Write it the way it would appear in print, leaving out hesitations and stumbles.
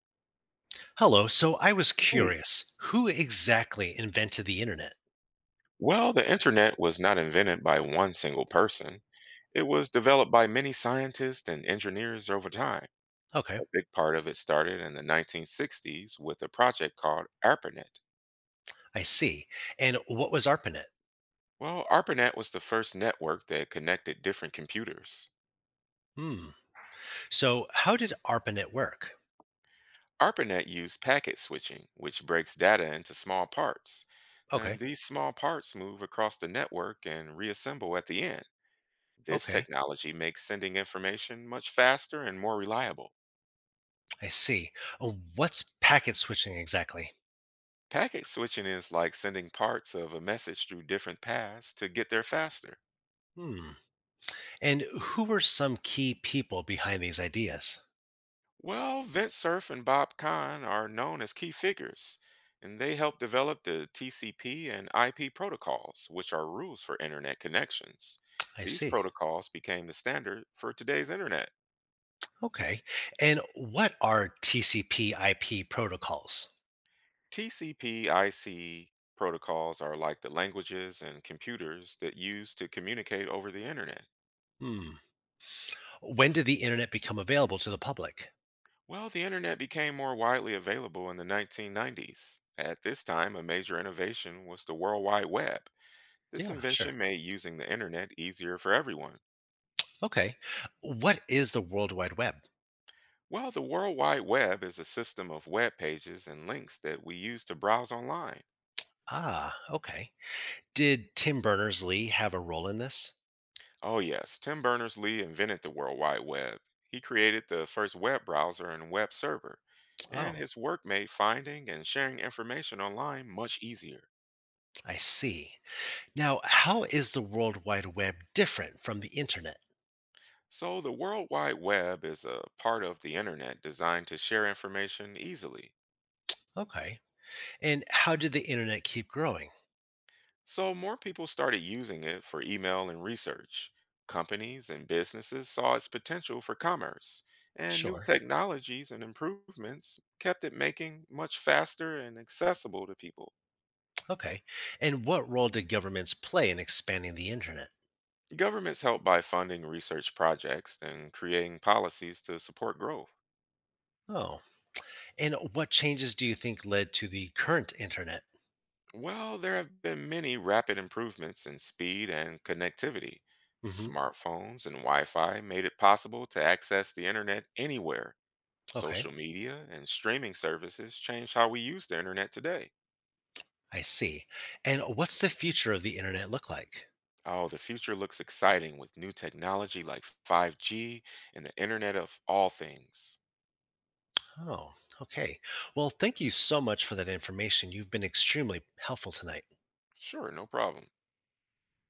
Hello. So I was Right. curious, who exactly invented the internet? Well, the internet was not invented by one single person. It was developed by many scientists and engineers over time. Okay, A big part of it started in the 1960s with a project called ARPANET. I see. And what was ARPANET? Well, ARPANET was the first network that connected different computers. Hmm. So how did ARPANET work? ARPANET used packet switching, which breaks data into small parts. Okay, And these small parts move across the network and reassemble at the end. This okay, technology makes sending information much faster and more reliable. I see. What's packet switching exactly? Packet switching is like sending parts of a message through different paths to get there faster. Hmm. And who were some key people behind these ideas? Well, Vint Cerf and Bob Kahn are known as key figures, and they helped develop the TCP and IP protocols, which are rules for internet connections. I These see. protocols became the standard for today's internet. Okay. And what are TCP/IP protocols? TCP IC protocols are like the languages and computers that use to communicate over the internet. Hmm. When did the internet become available to the public? Well, the internet became more widely available in the 1990s. At this time, a major innovation was the World Wide Web. This Yeah, sure. invention made using the internet easier for everyone. Okay. What is the World Wide Web? Well, the World Wide Web is a system of web pages and links that we use to browse online. Ah, okay. Did Tim Berners-Lee have a role in this? Oh, yes, Tim Berners Lee invented the World Wide Web. He created the first web browser and web server, and Oh, his work made finding and sharing information online much easier. I see. Now, how is the World Wide Web different from the internet? So, the World Wide Web is a part of the internet designed to share information easily. Okay. And how did the internet keep growing? So, more people started using it for email and research. Companies and businesses saw its potential for commerce, and new Sure. technologies and improvements kept it making much faster and accessible to people. Okay. And what role did governments play in expanding the internet? Governments help by funding research projects and creating policies to support growth. Oh. And what changes do you think led to the current internet? Well, there have been many rapid improvements in speed and connectivity. Mhm. Smartphones and Wi Fi made it possible to access the internet anywhere. Okay. Social media and streaming services changed how we use the internet today. I see. And what's the future of the internet look like? Oh, the future looks exciting with new technology like 5G and the internet of all things. Oh, okay. Well, thank you so much for that information. You've been extremely helpful tonight. Sure, no problem.